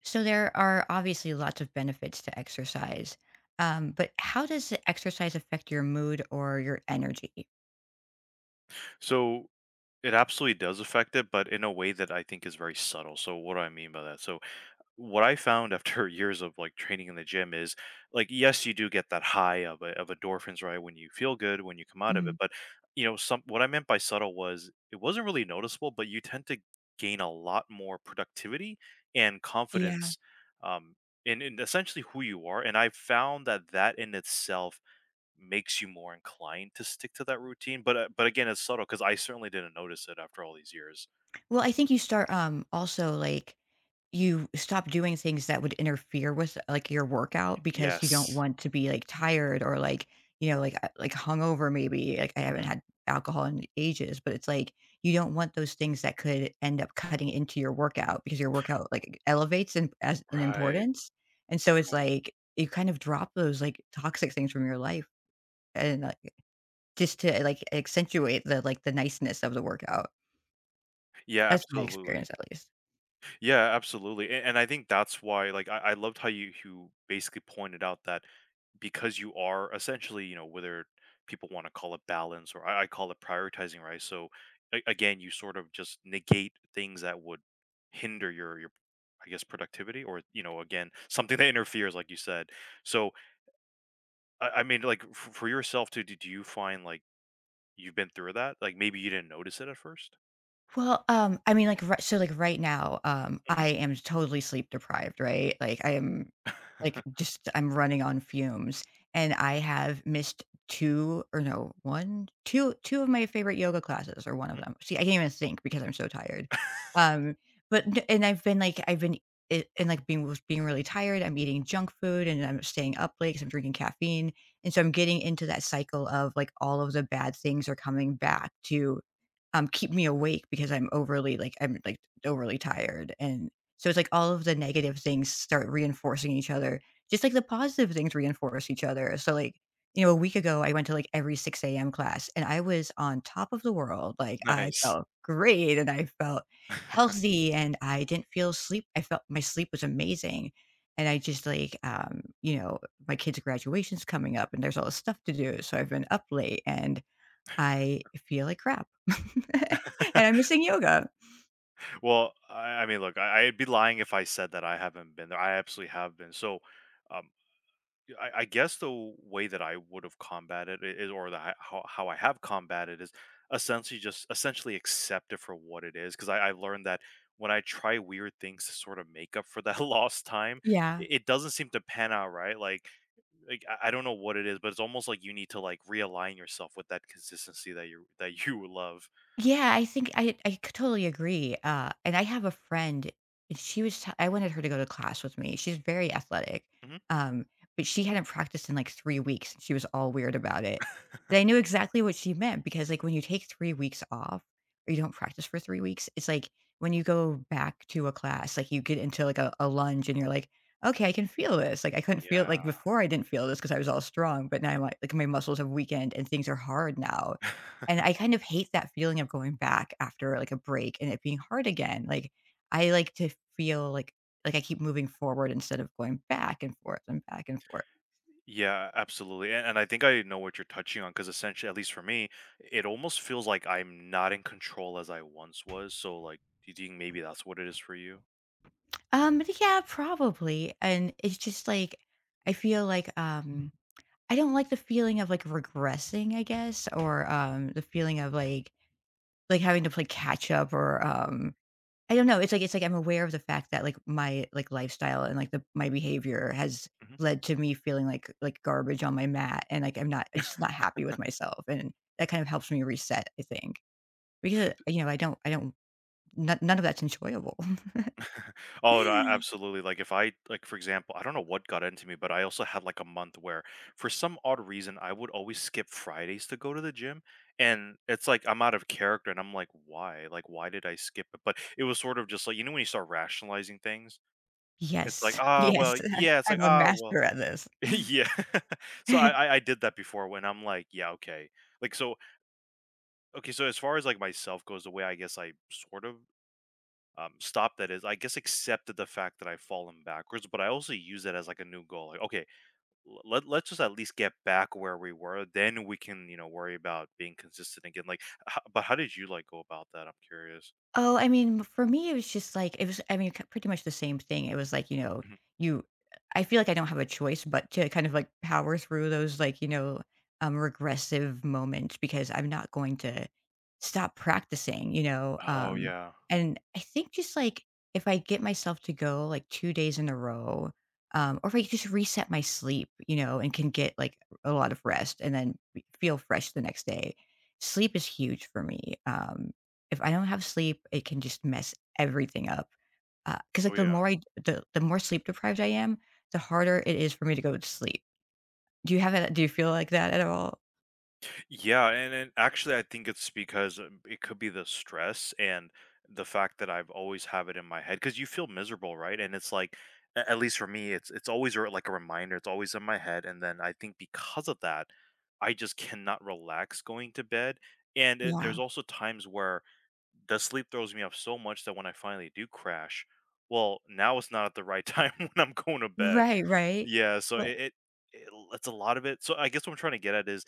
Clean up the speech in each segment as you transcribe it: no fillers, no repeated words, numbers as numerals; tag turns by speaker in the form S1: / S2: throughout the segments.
S1: So there are obviously lots of benefits to exercise, but how does the exercise affect your mood or your energy?
S2: So it absolutely does affect it, but in a way that I think is very subtle. So what do I mean by that? So what I found after years of like training in the gym is like yes, you do get that high of endorphins right when you feel good when you come out of
S1: Mhm.
S2: it, but you know some what I meant by subtle was it wasn't really noticeable, but you tend to gain a lot more productivity and
S1: Yeah.
S2: confidence, um, in essentially who you are, and I found that that in itself makes you more inclined to stick to that routine, but again, it's subtle because I certainly didn't notice it after all these years.
S1: Well, I think you start, also, like, you stop doing things that would interfere with, like, your workout because you don't
S2: Yes.
S1: want to be, like, tired or, like, like, hungover maybe, like, I haven't
S2: Mhm.
S1: had alcohol in ages, but it's, like, you don't want those things that could end up cutting into your workout because your workout, like, elevates in as in
S2: Right,
S1: importance, and so it's,
S2: right.
S1: like, you kind of drop those, like, toxic things from your life and, like, just to, like, accentuate the niceness of the workout.
S2: Yeah,
S1: That's my
S2: absolutely.
S1: experience at least.
S2: Yeah, absolutely, and I think that's why, like, I loved how you basically pointed out that because you are essentially, you know, whether people wanna call it balance or I call it prioritizing, right? So, a again, you sort of just negate things that would hinder your, I guess, productivity or, you know, again, something that interferes, like you said. So I mean, like, f for yourself too, do you find, like, you've been through that? Like, maybe you didn't notice it at first?
S1: Well, I mean, like, ri so, like, right now,
S2: Mhm.
S1: I am totally sleep deprived, right? Like, I am, like, just I'm running on fumes, and I have missed 2 or no, one, 2, 2 of my favorite yoga classes, or 1 of
S2: Mhm.
S1: them. See, I can't even think because I'm so tired. Um, but n and I've been, like I've been it and, like, being really tired, I'm eating junk food, and I'm staying up late 'cause I'm drinking caffeine, and so I'm getting into that cycle of, like, all of the bad things are coming back to, keep me awake because I'm overly tired, and so it's like all of the negative things start reinforcing each other, just like the positive things reinforce each other. So like, a week ago I went to like every 6 a.m. class, and I was on top of the world. Like I
S2: Nice.
S1: felt great, and I felt healthy, and I didn't feel sleep. I felt my sleep was amazing. And I just like, my kids' graduation's coming up and there's all this stuff to do. So I've been up late and I feel like crap. And I'm missing yoga.
S2: Well, I mean, look, I'd be lying if I said that I haven't been there. I absolutely have been. So, um, I guess the way that I would've combated it is or that I how I have combated is essentially just essentially accept it for what it is, 'cause I've learned that when I try weird things to sort of make up for that lost time, I
S1: Yeah.
S2: it doesn't seem to pan out right. Like I don't know what it is, but it's almost like you need to like realign yourself with that consistency that you that you love.
S1: Yeah, I think I totally agree. And I have a friend, and I wanted her to go to class with me. She's very athletic,
S2: Hmm.
S1: um, but she hadn't practiced in like 3 weeks, and she was all weird about it. But I knew exactly what she meant because like when you take 3 weeks off or you don't practice for 3 weeks, it's like when you go back to a class, like you get into like a lunge and you're like, okay, I can feel this. Like I couldn't feel it like
S2: Yeah.
S1: before I didn't feel this because I was all strong, but now I'm like my muscles have weakened and things are hard now and I kind of hate that feeling of going back after, like, a break and it being hard again, like, I like to feel like I keep moving forward instead of going back and forth and back and forth.
S2: Yeah, absolutely. And I think I know what you're touching on because essentially, at least for me, it almost feels like I'm not in control as I once was. So, like, do you think maybe that's what it is for you?
S1: But yeah, probably, and it's just, like, I feel like, I don't like the feeling of, like, regressing, I guess, or, the feeling of, like, having to play catch up, or, I don't know, it's like I'm aware of the fact that, like, my, like, lifestyle and, like, the my behavior has led to me feeling like garbage on my mat, and, like, I'm just not happy with myself, and that kind of helps me reset, I think, because, I don't none of that's enjoyable.
S2: Oh, no, a absolutely, like, if I like, for example, I don't know what got into me, but I also had, like, a month where, for some odd reason, I would always skip Fridays to go to the gym, and it's like I'm out of character, and I'm like, "Why? Like, why did I skip it?" But it was sort of just like you know, when you start rationalizing things? It's like,
S1: Yes,
S2: "Ah,
S1: yes,
S2: well." Yeah, it's like,
S1: I'm a
S2: "Ah, well."
S1: master at this.
S2: Yeah. So, I I I did that before when I'm like, "Yeah, okay." Like, so okay, so as far as, like, myself goes, the way I guess I sort of, stop that is I guess accepted the fact that I've fallen backwards, but I also use it as like a new goal, like, okay, let's just at least get back where we were, then we can, you know, worry about being consistent again. Like but how did you like go about that? I'm curious.
S1: Oh, I mean, for me, it was just like it was. I mean, pretty much the same thing. It was like, you know,
S2: Mhm.
S1: you. I feel like I don't have a choice but to kind of like power through those like, regressive moments because I'm not going to stop practicing. You know,
S2: Oh yeah.
S1: and I think just like if I get myself to go like 2 days in a row, or if I just reset my sleep, and can get like a lot of rest and then feel fresh the next day. Sleep is huge for me. If I don't have sleep, it can just mess everything up, because like,
S2: Oh
S1: the
S2: yeah.
S1: more I the the more sleep deprived I am, the harder it is for me to go to sleep. Do you feel like that at all?
S2: Yeah, and actually, I think it's because, it could be the stress and the fact that I've always have it in my head because you feel miserable, right? And it's like, at least for me, it's always like a reminder. It's always in my head, and then I think because of that, I just cannot relax going to bed. And it,
S1: Yeah.
S2: there's also times where the sleep throws me off so much that when I finally do crash, well, now it's not at the right time when I'm going to bed.
S1: Right, right.
S2: Yeah, so
S1: But
S2: it- it's a lot of it. So I guess what I'm trying to get at is,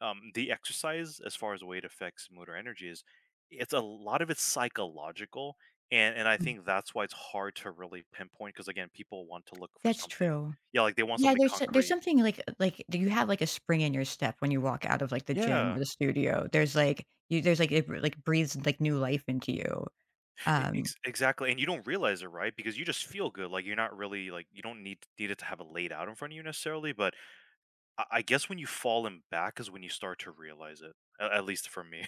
S2: the exercise as far as weight affects mood or energy is it's a lot of it's psychological, and I
S1: mm,
S2: think that's why it's hard to really pinpoint because again people want to look for
S1: that's
S2: something.
S1: true.
S2: Yeah like they want
S1: Yeah,
S2: something
S1: there's
S2: concrete.
S1: something like, do you have, like, a spring in your step when you walk out of, like, the gym
S2: Yeah,
S1: or the studio? There's, like you there's, like it br- like, breathes, like, new life into you. Um
S2: exactly, and you don't realize it, right, because you just feel good, like you're not really like you don't need it to have it laid out in front of you necessarily, but I guess when you fall in back is when you start to realize it, at least for me.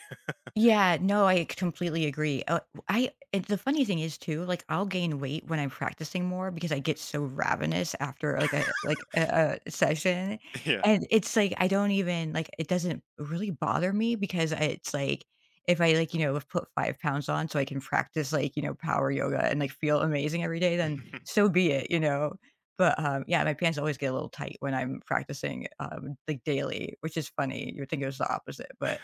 S1: Yeah, no, I completely agree. I and the funny thing is too, like I'll gain weight when I'm practicing more because I get so ravenous after like a session,
S2: Yeah.
S1: and it's like I don't even like it doesn't really bother me because it's like if I like, put 5 pounds on so I can practice like, power yoga and like feel amazing every day, then so be it. But yeah, my pants always get a little tight when I'm practicing, like daily, which is funny. You would think it was the opposite, but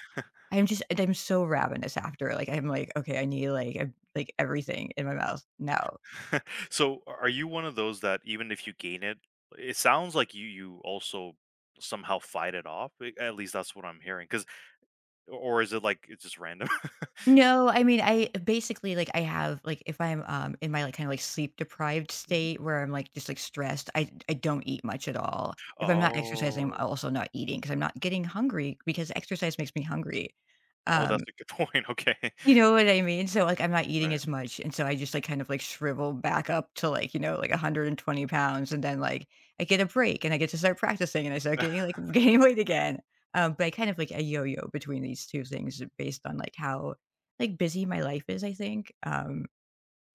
S1: I'm just and I'm so ravenous after, like, I'm like, "Okay, I need, like, everything in my mouth now."
S2: So are you one of those that even if you gain it, it sounds like you also somehow fight it off? At least that's what I'm hearing. Cause or is it like it's just random?
S1: No, I mean, I basically, like, if I'm, in my, like, kinda, like, sleep-deprived
S2: Mhm.
S1: state where I'm, like, just, like, stressed, I don't eat much at all. If I'm not exercising, I'm
S2: Oh.
S1: also not eating because 'cause I'm not getting hungry because exercise makes me hungry.
S2: Oh, that's
S1: Um
S2: a good point. Okay.
S1: You know what I mean? So, like, I'm not eating
S2: Right.
S1: as much, and so I just, like, kind of, like, shrivel back up to, like, like, 120 pounds, and then, like, I get a break, and I get to start practicing, and I start getting, like, gaining weight again. But I kind of, like, a yo-yo between these 2 things based on, like, how, like, busy my life is, I think.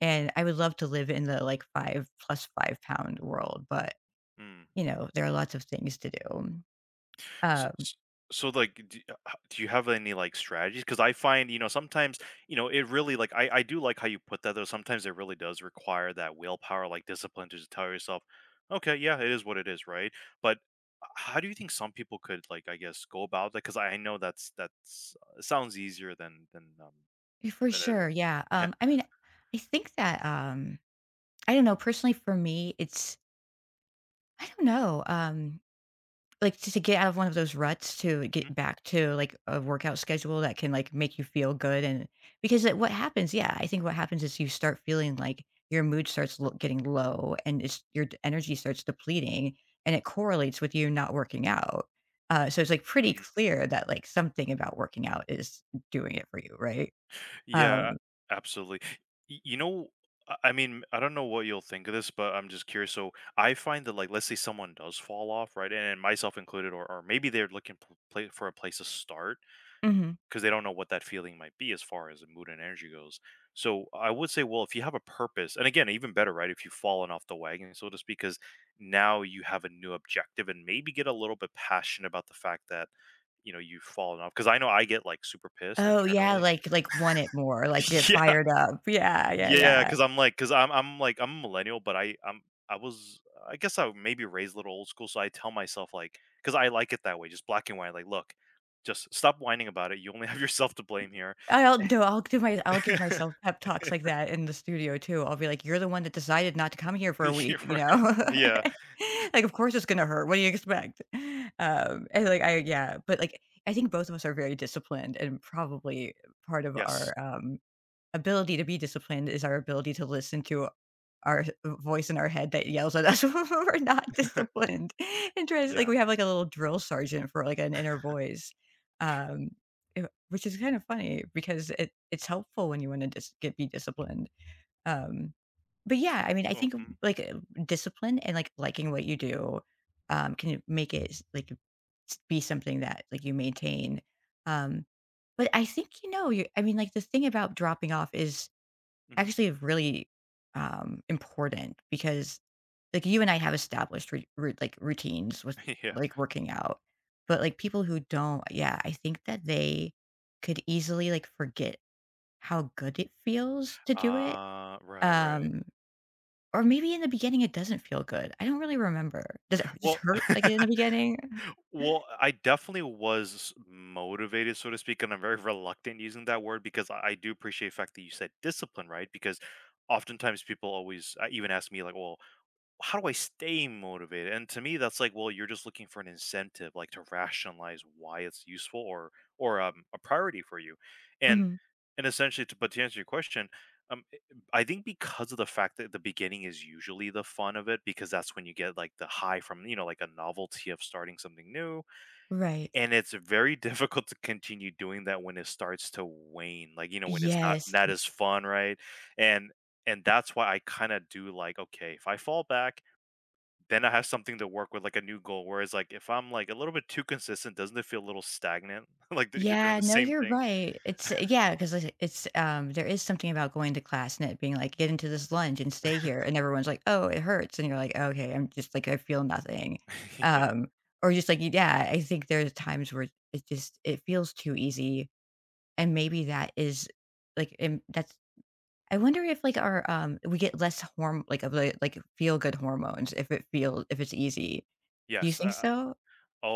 S1: And I would love to live in the, like, 5 plus 5 pound world, but,
S2: Mm.
S1: there are lots of things to do.
S2: So,
S1: Um,
S2: s so, like, d h do you have any, like, strategies? Because I find, you know, sometimes, you know, it really like, I do like how you put that, though, sometimes it really does require that willpower, like, discipline to just tell yourself, "Okay, yeah, it is what it is," right? But h how do you think some people could, like, I guess, go about that? Because I know that's, it sounds easier
S1: for
S2: than it
S1: sure, yeah.
S2: Yeah.
S1: I mean, I think that, I don't know, personally for me, it's I don't know, like, to get out of one of those ruts to get back to, like, a workout schedule that can, like, make you feel good and because it what happens yeah, I think what happens is you start feeling like your mood starts l getting low and it's your d energy starts depleting, and it correlates with you not working out. So it's, like, pretty
S2: Mhm.
S1: clear that, like, something about working out is doing it for you, right?
S2: Yeah,
S1: Um
S2: absolutely. You know, I mean, I don't know what you'll think of this, but I'm just curious. So I find that, like, let's say someone does fall off, right, and myself included, or maybe they're looking p- pla for a place to start
S1: Mhm.
S2: because they don't know what that feeling might be as far as the mood and energy goes. So I would say, well, if you have a purpose, and again, even better, right, if you've fallen off the wagon, so to speak, because now you have a new objective and maybe get a little bit passionate about the fact that you know you've fallen off because I know I get like super pissed
S1: Oh, yeah,
S2: internally.
S1: like, want it more, like, get
S2: Yeah.
S1: fired up. Yeah, yeah,
S2: Yeah,
S1: yeah.
S2: because I'm like, 'cause I'm like I'm a millennial, but I guess I maybe raised a little old school, so I tell myself like, because I like it that way, just black and white, like, "Look, just stop whining about it. You only have yourself to blame here."
S1: I'll do my I'll give myself pep talks like that in the studio too. I'll be like, "You're the one that decided not to come here for a week,"
S2: You're
S1: you
S2: right.
S1: know?
S2: Yeah.
S1: Like, "Of course it's gonna hurt. What do you expect?" And, like, I yeah, but, like, I think both of us are very disciplined, and probably part of our,
S2: Yes.
S1: ability to be disciplined is our ability to listen to our voice in our head that yells at us when we're not disciplined and tries like,
S2: Yeah.
S1: we have, like, a little drill sergeant for, like, an inner voice, um, which is kind of funny because it's helpful when you wanna just get be disciplined, um, but yeah, I
S2: Oh
S1: mean, I
S2: oh,
S1: think,
S2: mhm,
S1: like, discipline and, like, liking what you do, can make it s like, s be something that, like, you maintain, um, but I think, you know, you I mean, like, the thing about dropping off is
S2: mhm.
S1: actually really important because like you and I have established like routines with
S2: Yeah.
S1: like working out. But like people who don't, yeah, I think that they could easily like forget how good it feels to do it.
S2: Right, right.
S1: Um or maybe in the beginning it doesn't feel good. I don't really remember. Does it just
S2: Well
S1: hurt like in the beginning?
S2: Well, I definitely was motivated, so to speak, and I'm very reluctant using that word because I do appreciate the fact that you said discipline, right? Because oftentimes people always, even ask me like, "Well, how do I stay motivated?" And to me, that's like, "Well, you're just looking for an incentive, like to rationalize why it's useful or, a priority for you." And
S1: Mhm.
S2: and essentially, to answer your question, um, i- I think because of the fact that the beginning is usually the fun of it, because that's when you get like the high from you know like a novelty of starting something new,
S1: Right.
S2: and it's very difficult to continue doing that when it starts to wane, like, you know, when it's
S1: Yes.
S2: not as fun, right? And and that's why I kinda do like, okay, if I fall back, then I have something to work with, like a new goal, whereas, like, if I'm, like, a little bit too consistent, doesn't it feel a little stagnant? Like that you're doing
S1: Yeah,
S2: the
S1: no,
S2: same
S1: you're
S2: thing?
S1: right. It's yeah, because it's, there is something about going to class and it being like, "Get into this lunge and stay here," and everyone's like, "Oh, it hurts," and you're like, "Okay, I'm just like, I feel nothing."
S2: Yeah.
S1: Um, or just like, yeah, I think there's times where it feels too easy, and maybe that is like, that's I wonder if like our, we get less horm like of the feel good hormones if it's easy. Do you
S2: Yes,
S1: think so?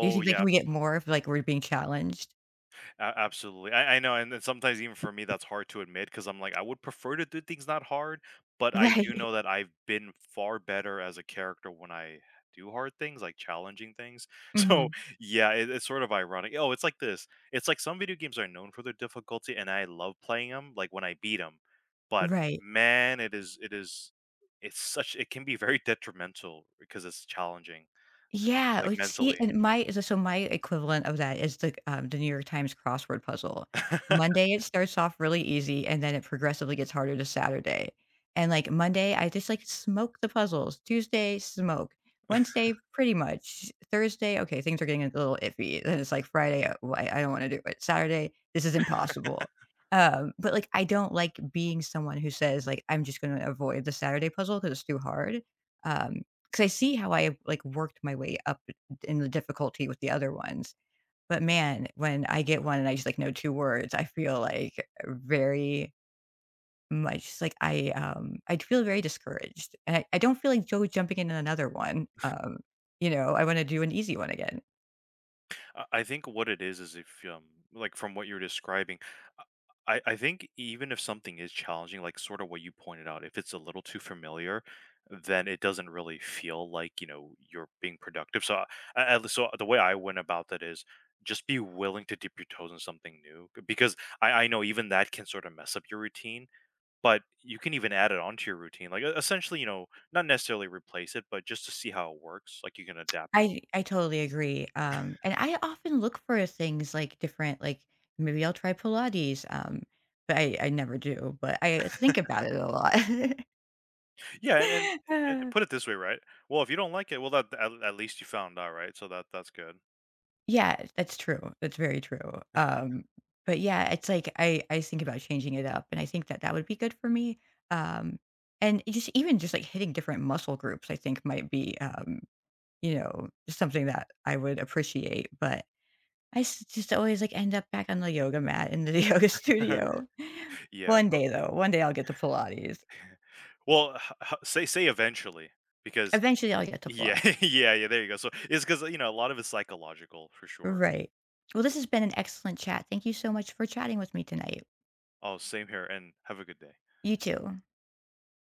S1: Do you think like
S2: yeah.
S1: we get more if like we're being challenged?
S2: A Absolutely. I know, and then sometimes even for me, that's hard to admit because 'cause I'm like, I would prefer to do things not hard, but I do
S1: Right.
S2: know that I've been far better as a character when I do hard things, like challenging things. So,
S1: Mhm.
S2: yeah, it's sort of ironic. Oh, it's like this. It's like some video games are known for their difficulty, and I love playing them. Like, when I beat them, but
S1: Right.
S2: man, it's such it can be very detrimental because it's challenging,
S1: Yeah,
S2: like,
S1: oh, see,
S2: mentally.
S1: and my so so my equivalent of that
S2: Mhm.
S1: is the, the New York Times crossword puzzle. Monday, it starts off really easy, and then it progressively gets harder to Saturday, and, like, Monday, I just, like, smoke the puzzles. Tuesday, smoke. Wednesday, pretty much. Thursday, okay, things are getting a little iffy. Then it's like Friday, "Well, I don't wanna do it." Saturday, this is impossible. But, like, I don't like being someone who says, like, "I'm just gonna avoid the Saturday puzzle because it's too hard." Um 'Cause I see how I, like, worked my way up in the difficulty with the other ones, but man, when I get one and I just, like, know 2 words, I feel, like, very much like I feel very discouraged, and I don't feel like Joe jumping in another one, I wanna do an easy one again.
S2: I think what it is if like from what you're describing, uh, I think even if something is challenging, like sort of what you pointed out, if it's a little too familiar, then it doesn't really feel like you know you're being productive. So so the way I went about that is just be willing to dip your toes in something new, because I know even that can sort of mess up your routine, but you can even add it onto your routine, like essentially you know not necessarily replace it, but just to see how it works, like you can adapt.
S1: I totally agree, and I often look for things, like, different like, maybe I'll try Pilates, but I never do, but I think about it a lot.
S2: Yeah, and and put it this way, right? Well, if you don't like it, well, that at least you found out, right? So that that's good.
S1: Yeah, that's true. That's very true. But yeah, it's like I think about changing it up, and I think that that would be good for me. Um, and it just even just like hitting different muscle groups, I think might be, something that I would appreciate. But I just always like end up back on the yoga mat in the yoga studio.
S2: Yeah.
S1: One
S2: So,
S1: day though, one day I'll get to Pilates.
S2: well, say eventually, because
S1: Eventually, I'll get to
S2: yeah,
S1: Pilates.
S2: yeah, yeah. There you go. So it's because you know a lot of it's psychological for sure.
S1: Right. Well, this has been an excellent chat. Thank you so much for chatting with me tonight.
S2: Oh, same here, and have a good day.
S1: You too.